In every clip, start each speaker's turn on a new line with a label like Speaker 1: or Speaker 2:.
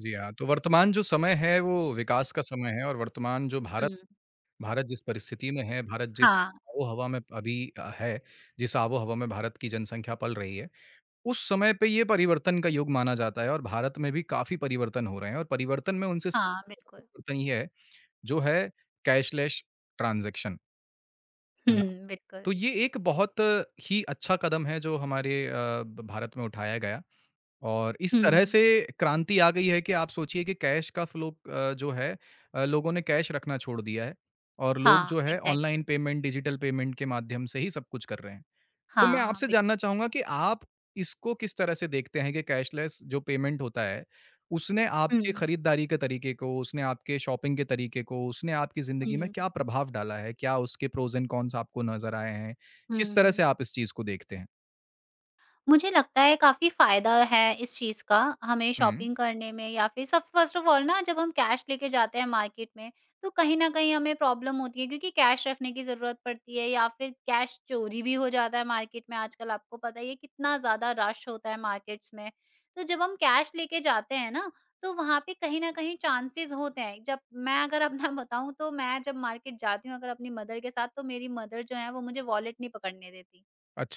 Speaker 1: जी हाँ, तो वर्तमान जो समय है वो विकास का समय है और वर्तमान जो भारत
Speaker 2: हुँ,
Speaker 1: भारत जिस परिस्थिति में है, भारत जिस
Speaker 2: हाँ,
Speaker 1: आबो-हवा में अभी है, जिस आबो-हवा में भारत की जनसंख्या पल रही है, उस समय पे ये परिवर्तन का युग माना जाता है और भारत में भी काफ़ी परिवर्तन हो रहे हैं और परिवर्तन में उनसे
Speaker 2: हाँ,
Speaker 1: सबसे बड़ा
Speaker 2: बिल्कुल।
Speaker 1: परिवर्तन ये है, जो है कैशलेस ट्रांज़ैक्शन,
Speaker 2: हुँ,
Speaker 1: है ना?
Speaker 2: बिल्कुल।
Speaker 1: तो ये एक बहुत ही अच्छा कदम है जो हमारे अ, ब भारत में उठाया गया। और इस तरह
Speaker 2: हुँ,
Speaker 1: से क्रांति आ गई है कि आप सोचिए कि कैश का फ्लो जो है लोगों ने कैश रखना छोड़ दिया है और लोग
Speaker 2: हाँ,
Speaker 1: जो है
Speaker 2: exact
Speaker 1: online payment, digital payment के माध्यम से ही सब कुछ कर रहे हैं। तो मैं
Speaker 2: हाँ,
Speaker 1: आपसे
Speaker 2: बिल्कुल।
Speaker 1: जानना चाहूँगा कि आप इसको किस तरह से देखते हैं कि कैशलेस जो पेमेंट होता है, उसने आपके
Speaker 2: हुँ,
Speaker 1: खरीदारी के तरीके को, उसने आपके शॉपिंग के तरीके को, उसने आपकी ज़िंदगी में
Speaker 2: हुँ,
Speaker 1: क्या प्रभाव डाला है? क्या उसके प्रोज़ एंड कॉन्स आपको नज़र आए हैं? किस
Speaker 2: हुँ,
Speaker 1: तरह से
Speaker 2: हुँ,
Speaker 1: आप इस चीज़ को देखते हैं?
Speaker 2: मुझे लगता है काफ़ी फ़ायदा है इस चीज़ का हमें
Speaker 1: हुँ,
Speaker 2: शॉपिंग करने में या फिर सब फर्स्ट ऑफ ऑल ना जब हम कैश लेके जाते हैं मार्केट में तो कहीं न कहीं हमें प्रॉब्लम होती है क्योंकि कैश रखने की ज़रूरत पड़ती है या फिर कैश चोरी भी हो जाता है मार्केट में आजकल आपको पता ही है कितना ज़्यादा रश होता है मार्केट्स में। तो जब हम कैश लेके जाते हैं ना तो वहाँ पे कहीं न कहीं चांसेज़ होते हैं जब मैं अगर अपना बताऊँ तो मैं जब मार्केट जाती हूँ अगर अपनी मदर के साथ तो मेरी मदर जो है वो मुझे वॉलेट नहीं पकड़ने देती।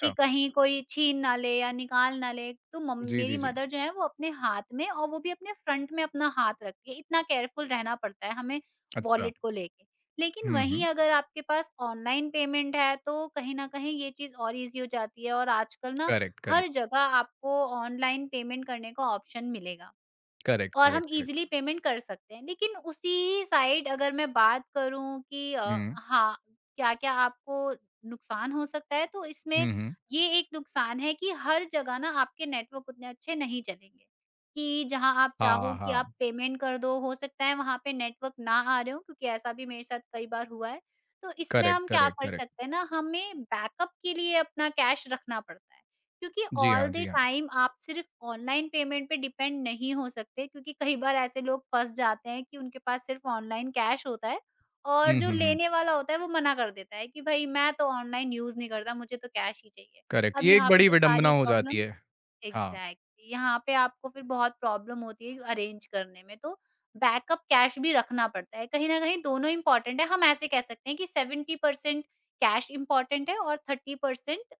Speaker 2: कि कहीं कोई छीन ना ले या निकाल ना ले, तो मम
Speaker 1: जी, जी,
Speaker 2: मेरी
Speaker 1: जी।
Speaker 2: मदर जो है वो अपने हाथ में और वो भी अपने फ्रंट में अपना हाथ रखती है, इतना केयरफुल रहना पड़ता है हमें
Speaker 1: अच्छा।
Speaker 2: वॉलेट को लेके। लेकिन
Speaker 1: हुँ,
Speaker 2: वहीं
Speaker 1: हुँ।
Speaker 2: अगर आपके पास ऑनलाइन पेमेंट है तो कहीं न कहीं ये चीज़ और ईज़ी हो जाती है और आजकल ना
Speaker 1: करेक्ट, करेक्ट,
Speaker 2: हर जगह आपको ऑनलाइन पेमेंट करने का ऑप्शन मिलेगा।
Speaker 1: करेक्ट,
Speaker 2: और
Speaker 1: करेक्ट,
Speaker 2: हम
Speaker 1: करेक्ट।
Speaker 2: ईज़िली पेमेंट कर सकते हैं। लेकिन उसी साइड अगर मैं बात करूँ कि
Speaker 1: हुँ,
Speaker 2: हाँ, क्या-क्या आपको नुकसान हो सकता है, तो इसमें
Speaker 1: हुँ, हुँ।
Speaker 2: ये एक नुकसान है कि हर जगह ना आपके नेटवर्क उतने अच्छे नहीं चलेंगे, कि जहाँ आप
Speaker 1: हाँ,
Speaker 2: चाहो कि आप
Speaker 1: हाँ।
Speaker 2: पेमेंट कर दो, हो सकता है वहाँ पे नेटवर्क ना आ रहे हो क्योंकि ऐसा भी मेरे साथ कई बार हुआ है। तो इसमें
Speaker 1: करेक्ट,
Speaker 2: हम क्या
Speaker 1: करेक्ट,
Speaker 2: कर
Speaker 1: करेक्ट।
Speaker 2: सकते हैं ना, हमें बैकअप के लिए अपना कैश रखना पड़ता है। क्योंकि
Speaker 1: जी
Speaker 2: ऑल
Speaker 1: हाँ,
Speaker 2: द
Speaker 1: जी हाँ।
Speaker 2: टाइम आप सिर्फ ऑनलाइन पेमेंट पे डिपेंड नहीं हो सकते क्योंकि कई बार ऐसे लोग फँस जाते हैं कि उनके पास सिर्फ ऑनलाइन कैश होता है और
Speaker 1: हुँ,
Speaker 2: जो
Speaker 1: हुँ, हुँ।
Speaker 2: लेने वाला होता है वो मना कर देता है कि भाई मैं तो ऑनलाइन यूज़ नहीं करता, मुझे तो कैश ही चाहिए।
Speaker 1: करेक्ट,
Speaker 2: अब
Speaker 1: ये एक
Speaker 2: यहाँ पे
Speaker 1: बड़ी
Speaker 2: जो
Speaker 1: विडंबना
Speaker 2: सारी
Speaker 1: हो जाती
Speaker 2: प्रॉब्लम
Speaker 1: है। हाँ।
Speaker 2: एग्ज़ैक्टली यहाँ पे आपको फिर बहुत प्रॉब्लम होती है अरेंज करने में तो बैकअप कैश भी रखना पड़ता है। कहीं न कहीं दोनों इम्पोर्टेंट है। हम ऐसे कह सकते हैं कि 70% कैश इम्पोर्टेंट है और 30%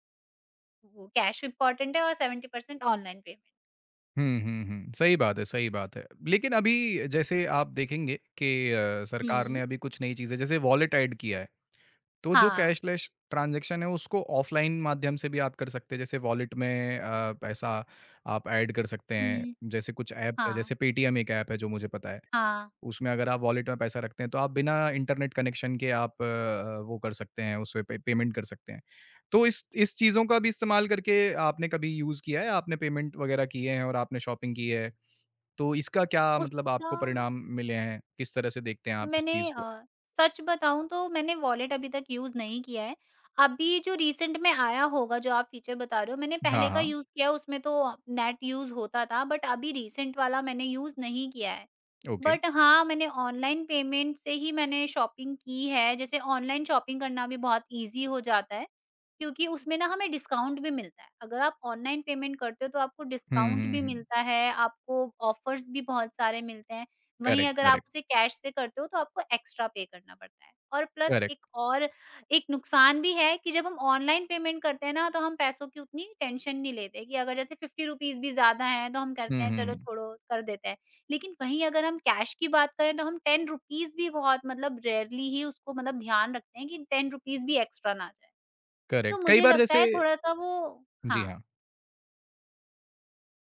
Speaker 2: वो कैश इम्पोर्टेंट है और 70% ऑनलाइन पेमेंट।
Speaker 1: हुँ, हुँ, हुँ। सही बात है, सही बात है। लेकिन अभी जैसे आप देखेंगे कि सरकार ने
Speaker 2: हुँ।
Speaker 1: अभी कुछ नई चीज़ें जैसे वॉलेट ऐड किया है, तो जो
Speaker 2: हाँ।
Speaker 1: कैशलेस ट्रांज़ैक्शन है उसको ऑफ़लाइन माध्यम से भी आप कर सकते हैं। जैसे वॉलेट में पैसा आप ऐड कर सकते हैं।
Speaker 2: हुँ।
Speaker 1: जैसे कुछ ऐप्स हैं,
Speaker 2: हाँ,
Speaker 1: जैसे पेटीएम एक ऐप है जो मुझे पता है।
Speaker 2: हाँ।
Speaker 1: उसमें अगर आप वॉलेट में पैसा रखते हैं, तो आप बिना इंटरनेट कनेक्शन के आप वो कर सकते हैं, उसपे पे पे, पेमेंट कर सकते हैं। तो इस चीज़ों का भी इस्तेमाल करके आपने कभी यूज़ किया है? आपने पेमेंट वगैरह किए हैं और आपने शॉपिंग की है, तो इसका क्या मतलब
Speaker 2: उसका
Speaker 1: आपको परिणाम मिले हैं? किस तरह से देखते हैं आप इस
Speaker 2: मैंने
Speaker 1: चीज़
Speaker 2: अ,
Speaker 1: को?
Speaker 2: सच बताऊँ तो मैंने वॉलेट अभी तक यूज़ नहीं किया है। अभी जो रिसेंट में आया होगा जो आप फीचर बता रहे हो मैंने
Speaker 1: हाँ,
Speaker 2: पहले का
Speaker 1: हाँ,
Speaker 2: यूज़ किया है उसमें तो नेट यूज़ होता था बट अभी रिसेंट वाला मैंने यूज़ नहीं किया है।
Speaker 1: ओके।
Speaker 2: बट हाँ, मैंने ऑनलाइन पेमेंट से ही मैंने शॉपिंग की है। जैसे ऑनलाइन शॉपिंग करना भी बहुत ईज़ी हो जाता है, क्योंकि उसमें ना हमें डिस्काउंट भी मिलता है। अगर आप ऑनलाइन पेमेंट करते हो तो आपको
Speaker 1: हुँ,
Speaker 2: डिस्काउंट
Speaker 1: हुँ,
Speaker 2: भी
Speaker 1: हुँ।
Speaker 2: मिलता है, आपको ऑफ़र्स भी बहुत सारे मिलते हैं। वहीं
Speaker 1: करेक्ट,
Speaker 2: अगर आप
Speaker 1: करेक्ट,
Speaker 2: उसे कैश से करते हो तो आपको एक्स्ट्रा पे करना पड़ता है। और प्लस
Speaker 1: करेक्ट।
Speaker 2: एक और एक नुकसान भी है कि जब हम ऑनलाइन पेमेंट करते हैं ना तो हम पैसों की उतनी टेंशन नहीं लेते कि अगर जैसे ₹50 भी ज़्यादा हैं तो हम करते
Speaker 1: हुँ,
Speaker 2: हैं
Speaker 1: हुँ,
Speaker 2: चलो
Speaker 1: हुँ,
Speaker 2: छोड़ो कर देते हैं। लेकिन वहीं अगर हम कैश की बात करें तो हम 10 रुपीज़ भी बहुत मतलब रेयरली ही उसको मतलब ध्यान रखते हैं कि 10 रुपीज़ भी एक्स्ट्रा ना जाए। तो
Speaker 1: करेक्ट। कई
Speaker 2: मुझे
Speaker 1: बार
Speaker 2: लगता
Speaker 1: जैसे
Speaker 2: है थोड़ा-सा वो
Speaker 1: जी
Speaker 2: हाँ,
Speaker 1: हाँ,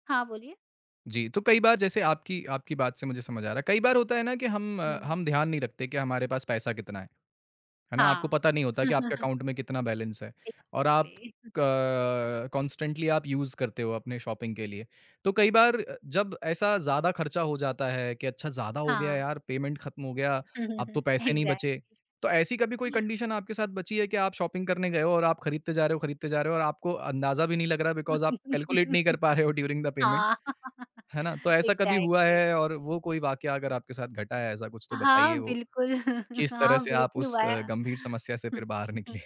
Speaker 2: हाँ बोलिए?
Speaker 1: जी, तो कई बार जैसे आपकी आपकी बात से मुझे समझ आ रहा है। कई बार होता है ना कि हम अ,
Speaker 2: हुँ।
Speaker 1: हम ध्यान नहीं रखते कि हमारे पास पैसा कितना है। है ना? आपको
Speaker 2: हाँ।
Speaker 1: पता नहीं होता कि आपके अकाउंट में कितना बैलेंस है और आप
Speaker 2: एग्ज़ैक्टली
Speaker 1: क कॉन्स्टेंटली आप यूज़ करते हो अपने शॉपिंग के लिए। तो कई बार जब ऐसा ज़्यादा खर्चा हो जाता है कि अच्छा ज़्यादा हो गया
Speaker 2: हाँ।
Speaker 1: यार, पेमेंट खत्म हो गया, अब तो पैसे नहीं बचे।
Speaker 2: एग्ज़ैक्टली
Speaker 1: तो ऐसी कभी कोई कंडीशन आपके साथ बची है कि आप शॉपिंग करने गए हो और आप खरीदते जा रहे हो, खरीदते जा रहे हो और आपको अंदाज़ा भी नहीं लग रहा बिकॉज़ आप कैलकुलेट नहीं कर पा रहे हो ड्यूरिंग द पेमेंट,
Speaker 2: हाँ।
Speaker 1: है ना? तो ऐसा कभी हुआ
Speaker 2: एग्ज़ैक्टली।
Speaker 1: है और वो कोई वाकया अगर आपके साथ घटा है ऐसा कुछ तो
Speaker 2: हाँ,
Speaker 1: बताइए वो?
Speaker 2: बिल्कुल।
Speaker 1: किस तरह
Speaker 2: हाँ,
Speaker 1: से आप
Speaker 2: बिल्कुल
Speaker 1: उस
Speaker 2: हुआ है।
Speaker 1: गंभीर समस्या से फिर बाहर निकले?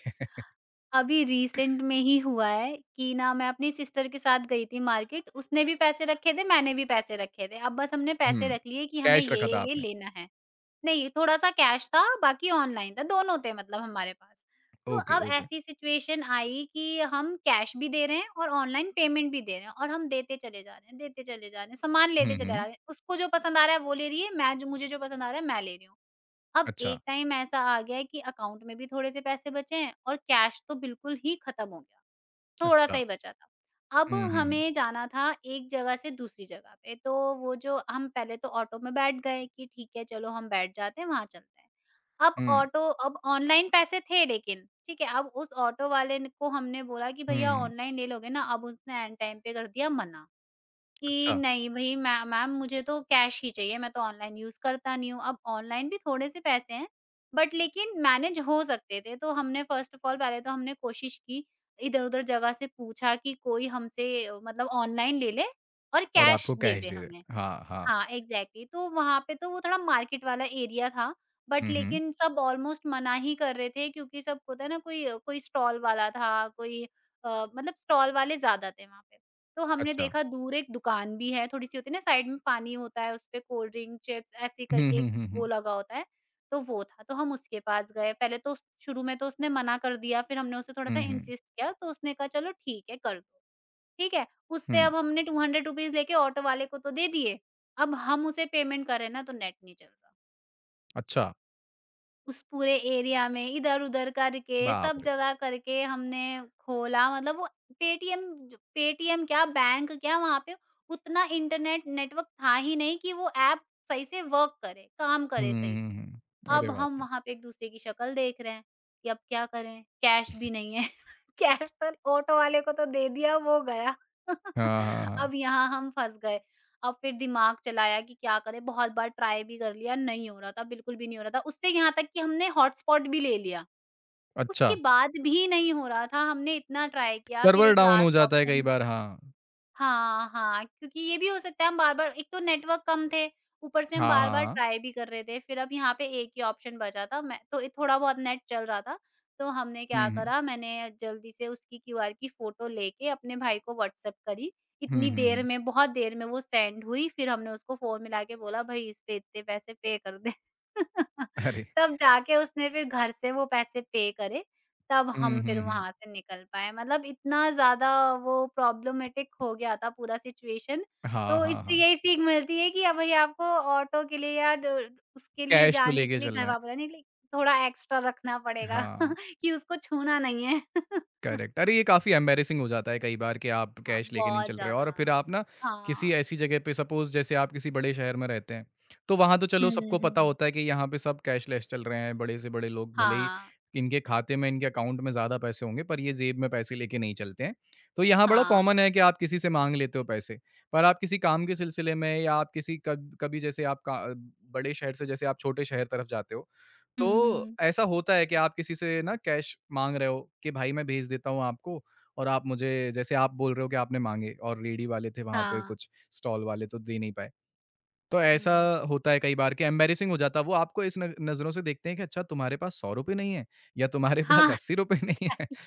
Speaker 2: अभी रिसेंट में ही हुआ है कि ना मैं अपनी सिस्टर के साथ गई थी मार्केट। उसने भी पैसे रखे थे, मैंने भी पैसे रखे थे। अब बस हमने पैसे
Speaker 1: हुँ,
Speaker 2: रख लिए कि हमें
Speaker 1: कैश रखा था
Speaker 2: ये
Speaker 1: आपने?
Speaker 2: लेना है। नहीं, थोड़ा-सा कैश था, बाकी ऑनलाइन था, दोनों थे मतलब हमारे पास। तो
Speaker 1: ओके,
Speaker 2: अब
Speaker 1: ओके।
Speaker 2: ऐसी सिचुएशन आई कि हम कैश भी दे रहे हैं और ऑनलाइन पेमेंट भी दे रहे हैं और हम देते चले जा रहे हैं, देते चले जा रहे हैं, सामान
Speaker 1: हुँ,
Speaker 2: लेते चले जा
Speaker 1: हुँ।
Speaker 2: रहे हैं। उसको जो पसंद आ रहा है वो ले रही है, मैं जो पसंद आ रहा है मैं ले रही हूँ। अब
Speaker 1: अच्छा,
Speaker 2: एक टाइम ऐसा आ गया है कि अकाउंट में भी थोड़े से पैसे बचे हैं और कैश तो बिल्कुल ही खत्म हो गया। थोड़ा-सा
Speaker 1: अच्छा।
Speaker 2: ही बचा था। अब
Speaker 1: हुँ, हुँ, हुँ।
Speaker 2: हमें जाना था एक जगह से दूसरी जगह पे, तो वो जो हम पहले तो ऑटो में बैठ गए कि ठीक है चलो हम बैठ जाते हैं, वहाँ चलते हैं।
Speaker 1: हुँ,
Speaker 2: अब ऑनलाइन पैसे थे लेकिन, ठीक है? अब उस ऑटो वाले ने को हमने बोला कि
Speaker 1: हुँ,
Speaker 2: भैया
Speaker 1: हुँ।
Speaker 2: ऑनलाइन ले लोगे ना? अब उसने ऐन टाइम पे कर दिया मना। कि
Speaker 1: अच्छा
Speaker 2: नहीं भई मै मैम मुझे तो कैश ही चाहिए, मैं तो ऑनलाइन यूज़ करता नहीं हूँ। अब ऑनलाइन भी थोड़े से पैसे हैं, बट लेकिन मैनेज हो सकते थे। तो हमने फ़र्स्ट ऑफ ऑल पहले तो हमने कोशिश की, इधर-उधर जगह से पूछा कि कोई हमसे मतलब ऑनलाइन ले ले और
Speaker 1: और
Speaker 2: कैश
Speaker 1: आपको
Speaker 2: दे
Speaker 1: कैश
Speaker 2: दे
Speaker 1: दे
Speaker 2: हमें।
Speaker 1: रहे। हाँ, हाँ।
Speaker 2: हाँ, एग्ज़ैक्टली तो वहाँ पे तो वो थोड़ा मार्केट वाला एरिया था, बट
Speaker 1: हुँ, हुँ।
Speaker 2: लेकिन सब ऑलमोस्ट मना ही कर रहे थे क्योंकि सब होता है ना कोई कोई स्टॉल वाला था, अ, मतलब स्टॉल वाले ज़्यादा थे वहाँ पे। तो हमने
Speaker 1: अच्छा।
Speaker 2: देखा दूर एक दुकान भी है, थोड़ी-सी होती है ना साइड में पानी होता है, उसपे कोल्ड ड्रिंक, चिप्स ऐसे
Speaker 1: हुँ,
Speaker 2: करके एक
Speaker 1: हुँ, हुँ,
Speaker 2: वो
Speaker 1: हुँ।
Speaker 2: लगा होता है, तो वो था। तो हम उसके पास गए, पहले तो शुरू में तो उसने मना कर दिया, फिर हमने उसे थोड़ा-सा
Speaker 1: हुँ, हुँ,
Speaker 2: इंसिस्ट किया, तो उसने कहा चलो ठीक है, कर दो। ठीक है? उससे
Speaker 1: हुँ।
Speaker 2: अब हमने 200 रुपीज़ लेके ऑटो वाले को तो दे दिए, अब हम उसे पेमेंट करें ना तो नेट नहीं चल रहा।
Speaker 1: अच्छा,
Speaker 2: उस पूरे एरिया में इधर-उधर करके,
Speaker 1: बाप
Speaker 2: सब
Speaker 1: रे!
Speaker 2: जगह करके हमने खोला मतलब वो पेटीएम पेटीएम क्या बैंक क्या वहाँ पे उतना इंटरनेट नेटवर्क था ही नहीं कि वो ऐप सही से वर्क करे, काम
Speaker 1: हुँ,
Speaker 2: करे सही
Speaker 1: हुँ,
Speaker 2: से।
Speaker 1: हुँ। अरे
Speaker 2: अब
Speaker 1: बाप
Speaker 2: हम
Speaker 1: रे!
Speaker 2: वहाँ पे एक-दूसरे की शक्ल देख रहे हैं कि अब क्या करें? कैश भी नहीं है। कैश तो ऑटो वाले को तो दे दिया, वो गया।
Speaker 1: हाँ, हाँ, हाँ।
Speaker 2: अब यहाँ हम फँस गए। अब फिर दिमाग चलाया कि क्या करें? बहुत बार ट्राई भी कर लिया, नहीं हो रहा था, बिल्कुल भी नहीं हो रहा था। उससे यहाँ तक कि हमने हॉटस्पॉट भी ले लिया,
Speaker 1: अच्छा,
Speaker 2: उसके बाद भी नहीं हो रहा था। हमने इतना ट्राई किया, फिर
Speaker 1: सर्वर
Speaker 2: एक
Speaker 1: डाउन हो
Speaker 2: लास्ट
Speaker 1: जाता है कई
Speaker 2: ऑप्शन
Speaker 1: बार, हाँ।
Speaker 2: हाँ, हाँ, क्योंकि ये भी हो सकता है हम बार-बार एक तो नेटवर्क कम थे, ऊपर से हम
Speaker 1: हाँ, हाँ,
Speaker 2: बार-बार
Speaker 1: हाँ।
Speaker 2: ट्राई भी कर रहे थे। फिर अब यहाँ पे एक ही ऑप्शन बचा था, मैं तो थोड़ा बहुत नेट चल रहा था, तो हमने क्या
Speaker 1: हुँ, हुँ।
Speaker 2: करा, मैंने जल्दी से उसकी क्यूआर की फ़ोटो लेके अपने भाई को व्हाट्सएप करी।
Speaker 1: हुँ,
Speaker 2: इतनी
Speaker 1: हुँ,
Speaker 2: देर
Speaker 1: हुँ।
Speaker 2: में, बहुत देर में वो सेंड हुई, फिर हमने उसको फ़ोन मिला के बोला, "भई, इस पे इतने पैसे पे कर दे।"
Speaker 1: अरे!
Speaker 2: तब जाके उसने फिर घर से वो पैसे पे करे तब
Speaker 1: हुँ,
Speaker 2: हम फिर
Speaker 1: हुँ, हुँ।
Speaker 2: वहाँ से निकल पाए। मतलब इतना ज़्यादा वो प्रॉब्लमेटिक हो गया था पूरा सिचुएशन।
Speaker 1: हाँ,
Speaker 2: तो
Speaker 1: हाँ,
Speaker 2: इससे
Speaker 1: हाँ।
Speaker 2: यही सीख मिलती है कि अब भई आपको ऑटो के लिए या ड उसके लिए
Speaker 1: कैश तो
Speaker 2: जाने
Speaker 1: लेके
Speaker 2: के लिए घर
Speaker 1: चलना है।
Speaker 2: वापस आने के लिए थोड़ा एक्स्ट्रा रखना पड़ेगा
Speaker 1: हाँ।
Speaker 2: कि उसको छूना नहीं है।
Speaker 1: करेक्ट। अरे ये काफ़ी एम्बैरेसिंग हो जाता है कई बार कि आप
Speaker 2: हाँ,
Speaker 1: कैश लेके नहीं
Speaker 2: बहुत
Speaker 1: चल रहे हो
Speaker 2: ज़्यादा।
Speaker 1: और फिर आप ना किसी
Speaker 2: हाँ।
Speaker 1: ऐसी जगह पे सपोज़ जैसे आप किसी बड़े शहर में रहते हैं, तो वहाँ तो चलो
Speaker 2: हुँ,
Speaker 1: सबको पता
Speaker 2: हुँ।
Speaker 1: होता है कि यहाँ पे सब कैशलेस चल रहे हैं, बड़े से बड़े लोग भले ही
Speaker 2: हाँ,
Speaker 1: इनके खाते में, इनके अकाउंट में ज़्यादा पैसे होंगे पर ये जेब में पैसे लेके नहीं चलते हैं। तो यहाँ बड़ा
Speaker 2: हाँ।
Speaker 1: कॉमन है कि आप किसी से माँग लेते हो पैसे, पर आप किसी काम के सिलसिले में या आप किसी कब कभी जैसे आप का बड़े शहर से जैसे आप छोटे शहर तरफ जाते हो,
Speaker 2: हुँ,
Speaker 1: तो
Speaker 2: हुँ।
Speaker 1: ऐसा होता है कि आप किसी से ना कैश माँग रहे हो कि भाई मैं भेज देता हूँ आपको और आप मुझे जैसे आप बोल रहे हो कि आपने माँगे और रेडी वाले थे वहाँ पे
Speaker 2: हाँ।
Speaker 1: कुछ स्टॉल वाले तो दे नहीं पाए। तो ऐसा
Speaker 2: हुँ।
Speaker 1: होता है कई बार कि एम्बैरेसिंग हो जाता है। वो आपको इस न नज़रों से देखते हैं कि अच्छा तुम्हारे पास ₹100 नहीं है या तुम्हारे पास
Speaker 2: हाँ,
Speaker 1: ₹80 नहीं है।
Speaker 2: एग्ज़ैक्टली,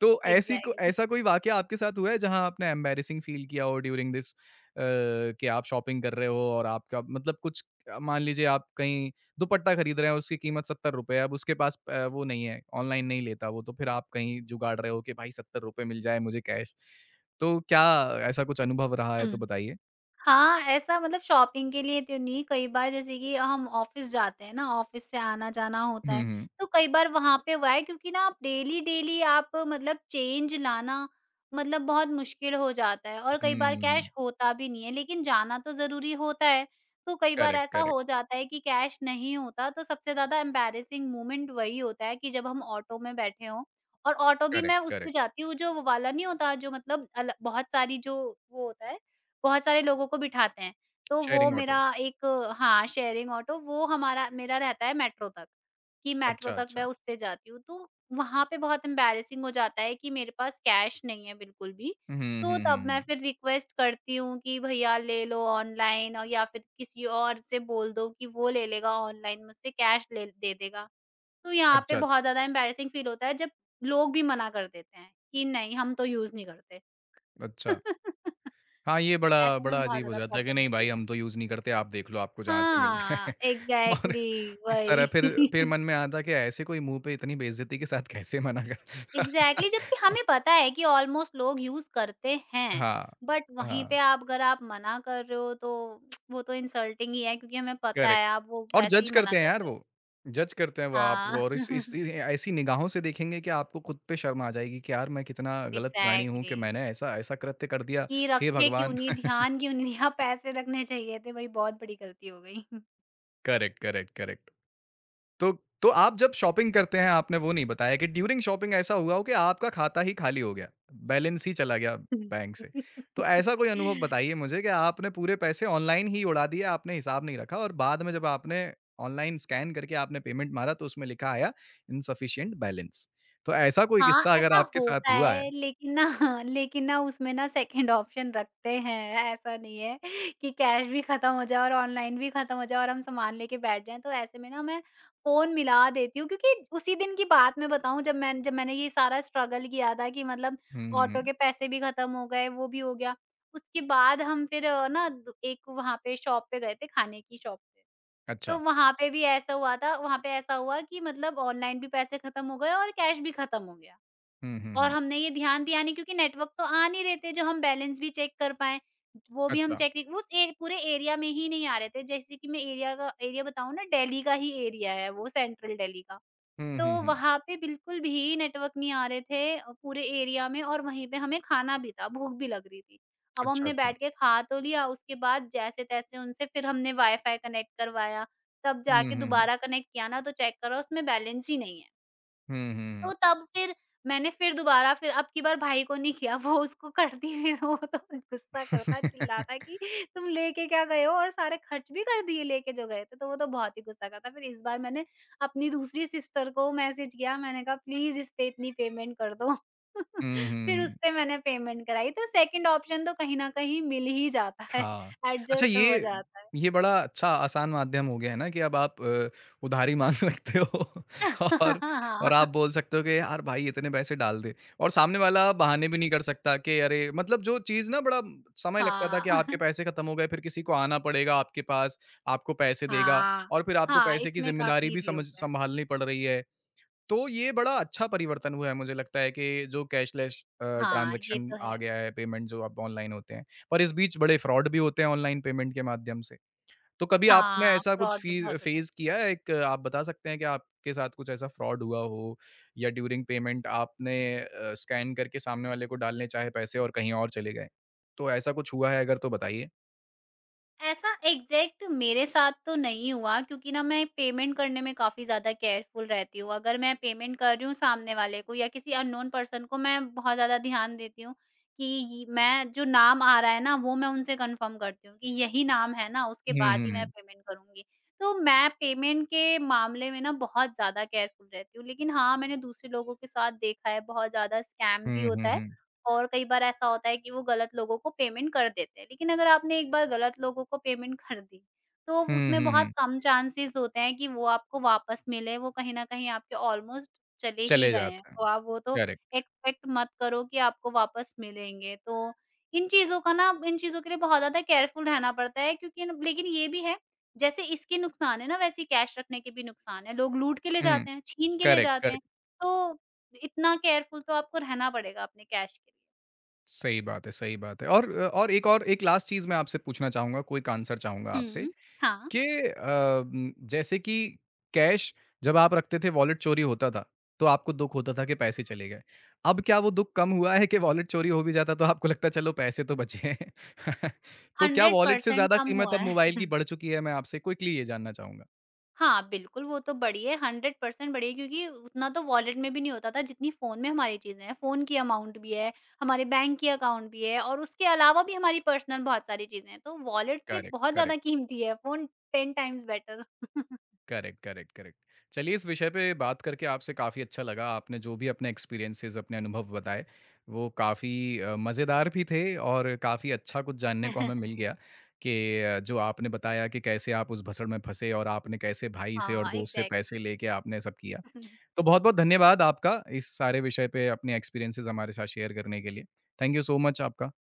Speaker 1: तो ऐसी को
Speaker 2: एग्ज़ैक्टली।
Speaker 1: ऐसा कोई वाक़या आपके साथ हुआ है जहाँ आपने एम्बैरेसिंग फ़ील किया हो ड्यूरिंग दिस कि आप शॉपिंग कर रहे हो और आपका मतलब कुछ मान लीजिए आप कहीं दुपट्टा खरीद रहे हैं उसकी कीमत ₹70 है अब उसके पास वो नहीं है, ऑनलाइन नहीं लेता वो तो फिर आप कहीं जुगाड़ रहे हो कि भाई ₹70 मिल जाए मुझे कैश। तो क्या ऐसा कुछ अनुभव रहा है तो
Speaker 2: हुँ।
Speaker 1: बताइए?
Speaker 2: हाँ, ऐसा मतलब शॉपिंग के लिए तो नहीं, कई बार जैसे कि हम ऑफ़िस जाते हैं ना, ऑफ़िस से आना-जाना होता है,
Speaker 1: हुँ, हुँ।
Speaker 2: तो कई बार वहाँ पे हुआ है क्योंकि ना आप डेली-डेली आप मतलब चेंज लाना मतलब बहुत मुश्किल हो जाता है और कई
Speaker 1: हुँ,
Speaker 2: बार
Speaker 1: हुँ,
Speaker 2: कैश
Speaker 1: हुँ।
Speaker 2: होता भी नहीं है, लेकिन जाना तो ज़रूरी होता है। तो कई बार
Speaker 1: करेक्ट,
Speaker 2: ऐसा
Speaker 1: करेक्ट,
Speaker 2: हो जाता है कि कैश नहीं होता, तो सबसे ज़्यादा एम्बैरेसिंग मोमेंट वही होता है कि जब हम ऑटो में बैठे हों और ऑटो भी मैं
Speaker 1: करेक्ट,
Speaker 2: उससे
Speaker 1: करेक्ट।
Speaker 2: जाती हूँ, जो वो वाला नहीं होता, जो मतलब अल बहुत सारी जो वो होता है बहुत सारे लोगों को बिठाते हैं, तो वो
Speaker 1: शेयरिंग
Speaker 2: मेरा
Speaker 1: ऑटो।
Speaker 2: एक हाँ, शेयरिंग ऑटो वो हमारा मेरा रहता है मेट्रो तक, कि मेट्रो
Speaker 1: अच्छा,
Speaker 2: तक
Speaker 1: अच्छा।
Speaker 2: मैं उससे जाती हूँ। तो वहाँ पे बहुत एम्बैरेसिंग हो जाता है कि मेरे पास कैश नहीं है बिल्कुल भी,
Speaker 1: हुँ, हुँ,
Speaker 2: तो
Speaker 1: हुँ,
Speaker 2: तब मैं
Speaker 1: हुँ।
Speaker 2: फिर रिक्वेस्ट करती हूँ कि भैया ले लो ऑनलाइन और या फिर किसी और से बोल दो कि वो ले लेगा ऑनलाइन मुझसे कैश ले दे देगा। तो यहाँ पे
Speaker 1: अच्छा, अच्छा।
Speaker 2: बहुत ज़्यादा एम्बैरेसिंग फील होता है जब लोग भी मना कर देते हैं, कि नहीं हम तो यूज़ नहीं करते।
Speaker 1: अच्छा।
Speaker 2: तो
Speaker 1: हाँ, ये बड़ा
Speaker 2: ऐसे में
Speaker 1: बड़ा
Speaker 2: बहुत
Speaker 1: अजीब हो
Speaker 2: ज़्यादा
Speaker 1: जाता है कि
Speaker 2: प्रॉब्लम
Speaker 1: नहीं
Speaker 2: होती
Speaker 1: भाई
Speaker 2: है।
Speaker 1: हम तो यूज़ नहीं करते, आप देख लो आपको जहाँ से मिल जाए
Speaker 2: हाँ,
Speaker 1: और
Speaker 2: एग्ज़ैक्टली
Speaker 1: इस तरह
Speaker 2: वही।
Speaker 1: फिर मन में आता कि ऐसे कोई मुँह पे इतनी बेइज़्ज़ती के साथ कैसे मना कर
Speaker 2: एग्ज़ैक्टली जबकि हमें पता है कि ऑलमोस्ट लोग यूज़ करते हैं,
Speaker 1: हाँ,
Speaker 2: बट वहीं
Speaker 1: हाँ,
Speaker 2: पे आप अगर आप मना कर रहे हो तो वो तो इंसल्टिंग ही है क्योंकि हमें पता
Speaker 1: करेक्ट
Speaker 2: है आप वो
Speaker 1: और
Speaker 2: वैसे
Speaker 1: जज
Speaker 2: ही मना
Speaker 1: करते हैं
Speaker 2: कर
Speaker 1: यार
Speaker 2: रहे हो।
Speaker 1: वो, जज करते हैं वो आपको
Speaker 2: हाँ,
Speaker 1: और इस इ ऐसी निगाहों से देखेंगे कि आपको खुद पे शर्म आ जाएगी कि यार मैं कितना गलत प्राणी हूँ कि
Speaker 2: एग्ज़ैक्टली।
Speaker 1: मैंने ऐसा ऐसा कृत्य कर दिया,
Speaker 2: कि
Speaker 1: हे
Speaker 2: रखे क्यों
Speaker 1: भगवान!
Speaker 2: नहीं, ध्यान क्यों नहीं दिया, पैसे रखने चाहिए थे, वही बहुत बड़ी गलती हो गई।
Speaker 1: Correct, correct, correct. तो तो आप जब शॉपिंग करते हैं आपने वो नहीं बताया कि ड्यूरिंग शॉपिंग ऐसा हुआ हो कि आपका खाता ही खाली हो गया, बैलेंस ही चला गया बैंक से। तो ऐसा कोई अनुभव बताइए मुझे कि आपने पूरे पैसे ऑनलाइन ही उड़ा दिए, आपने हिसाब नहीं रखा और बाद में जब आपने ऑनलाइन स्कैन करके आपने पेमेंट मारा तो उसमें लिखा आया इनसफिशिएंट बैलेंस। तो ऐसा कोई
Speaker 2: हाँ,
Speaker 1: किस्सा अगर
Speaker 2: ऐसा
Speaker 1: आपके साथ
Speaker 2: होता
Speaker 1: हुआ है?
Speaker 2: है लेकिन ना, लेकिन ना उसमें ना सेकंड ऑप्शन रखते हैं, ऐसा नहीं है कि कैश भी ख़त्म हो जाए और ऑनलाइन भी ख़त्म हो जाए और हम सामान लेके बैठ जाएँ, तो ऐसे में ना मैं फ़ोन मिला देती हूँ क्योंकि उसी दिन की बात मैं बताऊँ जब मैंने ये सारा स्ट्रगल किया था कि मतलब
Speaker 1: हुँ, हुँ,
Speaker 2: ऑटो
Speaker 1: हुँ।
Speaker 2: के पैसे भी ख़त्म हो गए, वो भी हो गया। उसके बाद हम फिर ना द एक वहाँ पे शॉप पे गए थे, खाने की शॉप पे, तो
Speaker 1: अच्छा।
Speaker 2: वहाँ पे भी ऐसा हुआ था, वहाँ पे ऐसा हुआ कि मतलब ऑनलाइन भी पैसे ख़त्म हो गए और कैश भी ख़त्म हो गया।
Speaker 1: हुँ, हुँ,
Speaker 2: और
Speaker 1: हुँ।
Speaker 2: हमने ये ध्यान दिया नहीं क्योंकि नेटवर्क तो आ नहीं रहे थे जो हम बैलेंस भी चेक कर पाएँ, वो भी हम
Speaker 1: अच्छा।
Speaker 2: चेक नहीं, उस ए पूरे एरिया में ही नहीं आ रहे थे। जैसे कि मैं एरिया का एरिया बताऊँ ना, दिल्ली का ही एरिया है वो, सेंट्रल दिल्ली का।
Speaker 1: हुँ,
Speaker 2: तो
Speaker 1: हुँ, हुँ।
Speaker 2: वहाँ पे बिल्कुल भी नेटवर्क नहीं आ रहे थे पूरे एरिया में और वहीं पे हमें खाना भी था, भूख भी लग रही थी। अब
Speaker 1: अच्छा,
Speaker 2: हमने
Speaker 1: अच्छा।
Speaker 2: बैठ के खा तो लिया, उसके बाद जैसे-तैसे उनसे फिर हमने वाईफ़ाई कनेक्ट करवाया, तब
Speaker 1: हुँ,
Speaker 2: जाके
Speaker 1: हुँ, हुँ।
Speaker 2: दोबारा कनेक्ट किया ना तो चेक करा, उसमें बैलेंस ही नहीं है।
Speaker 1: हुँ, हुँ, हुँ।
Speaker 2: तो तब फिर मैंने फिर दोबारा, फिर अब की बार भाई को नहीं किया वो, उसको करती। फिर वो तो गुस्सा करता, चिल्लाता कि तुम लेके क्या गए हो और सारे खर्च भी कर दिए, लेके जो गए थे तो वो तो बहुत ही गुस्सा करता। फिर इस बार मैंने अपनी दूसरी सिस्टर को मैसेज किया, मैंने कहा प्लीज इस पे इतनी पेमेंट कर दो।
Speaker 1: हुँ, हुँ,
Speaker 2: फिर
Speaker 1: हुँ।
Speaker 2: उससे मैंने पेमेंट कराई, तो सेकंड ऑप्शन तो कहीं ना कहीं मिल ही जाता है,
Speaker 1: हाँ। अच्छा
Speaker 2: एडजस्ट हो
Speaker 1: ये
Speaker 2: जाता है।
Speaker 1: ये बड़ा अच्छा आसान माध्यम हो गया है ना कि अब आप उधारी माँग सकते हो और और आप बोल सकते हो कि यार भाई इतने पैसे डाल दे और सामने वाला बहाने भी नहीं कर सकता कि अरे मतलब जो चीज़ ना बड़ा समय लगता था
Speaker 2: हाँ
Speaker 1: कि
Speaker 2: हाँ
Speaker 1: आपके
Speaker 2: हाँ।
Speaker 1: पैसे खत्म हो गए फिर किसी को आना पड़ेगा आपके पास, आपको पैसे देगा
Speaker 2: हाँ,
Speaker 1: और फिर आपको
Speaker 2: हाँ,
Speaker 1: पैसे की
Speaker 2: इसमें
Speaker 1: ज़िम्मेदारी
Speaker 2: काफी
Speaker 1: भी
Speaker 2: इजी हो
Speaker 1: समझ
Speaker 2: गया है।
Speaker 1: सँभालनी पड़ रही है तो ये बड़ा अच्छा परिवर्तन हुआ है मुझे लगता है कि जो कैशलेस
Speaker 2: हाँ, ये
Speaker 1: ट्रांज़ैक्शन
Speaker 2: तो
Speaker 1: आ
Speaker 2: है।
Speaker 1: गया है, पेमेंट जो अब ऑनलाइन होते हैं। पर इस बीच बड़े फ्रॉड भी होते हैं ऑनलाइन पेमेंट के माध्यम से। तो कभी आपने
Speaker 2: हाँ,
Speaker 1: ऐसा कुछ
Speaker 2: फ्रॉड भी
Speaker 1: फ़ीज़
Speaker 2: बहुत होते हैं।
Speaker 1: फ़ेज़ किया है? एक आप बता सकते हैं कि आपके साथ कुछ ऐसा फ्रॉड हुआ हो या ड्यूरिंग पेमेंट आपने स्कैन करके सामने वाले को डालने चाहे पैसे और कहीं और चले गए? तो ऐसा कुछ हुआ है अगर तो बताइए?
Speaker 2: ऐसा एग्ज़ैक्ट मेरे साथ तो नहीं हुआ क्योंकि ना मैं पेमेंट करने में काफ़ी ज़्यादा केयरफुल रहती हूँ। अगर मैं पेमेंट कर रही हूँ सामने वाले को या किसी अननोन पर्सन को, मैं बहुत ज़्यादा ध्यान देती हूँ कि ये मैं जो नाम आ रहा है ना, वो मैं उनसे कन्फर्म करती हूँ कि यही नाम है ना, उसके
Speaker 1: हुँ,
Speaker 2: बाद
Speaker 1: हुँ,
Speaker 2: ही मैं
Speaker 1: हुँ।
Speaker 2: पेमेंट करूँगी। तो मैं पेमेंट के मामले में ना बहुत ज़्यादा केयरफुल रहती हूँ। लेकिन हाँ, मैंने दूसरे लोगों के साथ देखा है बहुत ज़्यादा स्कैम भी
Speaker 1: हुँ, हुँ,
Speaker 2: होता है।
Speaker 1: हुँ।
Speaker 2: और कई बार ऐसा होता है कि वो गलत लोगों को पेमेंट कर देते हैं। लेकिन अगर आपने एक बार गलत लोगों को पेमेंट कर दी, तो
Speaker 1: हुँ,
Speaker 2: उसमें
Speaker 1: हुँ,
Speaker 2: बहुत
Speaker 1: हुँ।
Speaker 2: कम चांसेज़ होते हैं कि वो आपको वापस मिले, वो कहीं न कहीं आपके ऑलमोस्ट चले ही
Speaker 1: चले
Speaker 2: गए हैं।
Speaker 1: जाते हैं।
Speaker 2: तो आप वो तो
Speaker 1: करेक्ट।
Speaker 2: एक्सपेक्ट मत करो कि आपको वापस मिलेंगे। तो इन चीज़ों का ना, इन चीज़ों के लिए बहुत ज़्यादा केयरफुल रहना पड़ता है क्योंकि न, लेकिन ये भी है, जैसे इसके नुकसान है ना वैसे ही कैश रखने के भी नुकसान है। लोग लूट के ले
Speaker 1: हुँ,
Speaker 2: जाते हैं, छीन के ले
Speaker 1: करेक्ट,
Speaker 2: जाते
Speaker 1: करेक्ट।
Speaker 2: हैं। तो इतना केयरफुल तो आपको रहना पड़ेगा अपने कैश के लिए।
Speaker 1: सही बात है, सही बात है। और एक लास्ट चीज़ मैं आपसे पूछना चाहूँगा, क्विक आंसर चाहूँगा आपसे
Speaker 2: हुँ, हाँ।
Speaker 1: कि जैसे कि कैश जब आप रखते थे वॉलेट चोरी होता था, तो आपको दुःख होता था कि पैसे चले गए। अब क्या वो दुःख कम हुआ है कि वॉलेट चोरी हो भी जाता तो आपको लगता है चलो पैसे तो बचे हैं। तो क्या वॉलेट से
Speaker 2: 100%
Speaker 1: ज़्यादा
Speaker 2: कम
Speaker 1: कीमत
Speaker 2: हुआ
Speaker 1: अब
Speaker 2: है।
Speaker 1: मोबाइल की बढ़ चुकी है? मैं आपसे क्विकली ये जानना चाहूँगा।
Speaker 2: हाँ, बिल्कुल वो तो बड़ी है, 100% बड़ी है क्योंकि उतना तो वॉलेट में भी नहीं होता था जितनी फ़ोन में हमारी चीज़ें हैं। फ़ोन की अमाउंट भी है, हमारे बैंक की अकाउंट भी है और उसके अलावा भी हमारी पर्सनल बहुत सारी चीज़ें हैं। तो वॉलेट से
Speaker 1: करेक्ट,
Speaker 2: बहुत
Speaker 1: करेक्ट।
Speaker 2: ज़्यादा कीमती है phone. 10 times better.
Speaker 1: Correct, correct, correct. चलिए इस विषय पे बात करके आपसे काफ़ी अच्छा लगा। आपने जो भी अपने एक्सपीरियंसेज़, अपने अनुभव बताए, वो काफ़ी मज़ेदार भी थे और काफ़ी अच्छा कुछ जानने को हमें मिल गया कि जो आपने बताया कि कैसे आप उस भसड़ में फँसे और आपने कैसे भाई से और
Speaker 2: हाँ,
Speaker 1: दोस्त से पैसे
Speaker 2: एग्ज़ैक्टली।
Speaker 1: लेके आपने सब किया। तो बहुत-बहुत धन्यवाद आपका इस सारे विषय पे अपने एक्सपीरियंसेज़ हमारे साथ शेयर करने के लिए। थैंक यू सो मच आपका।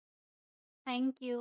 Speaker 2: Thank you.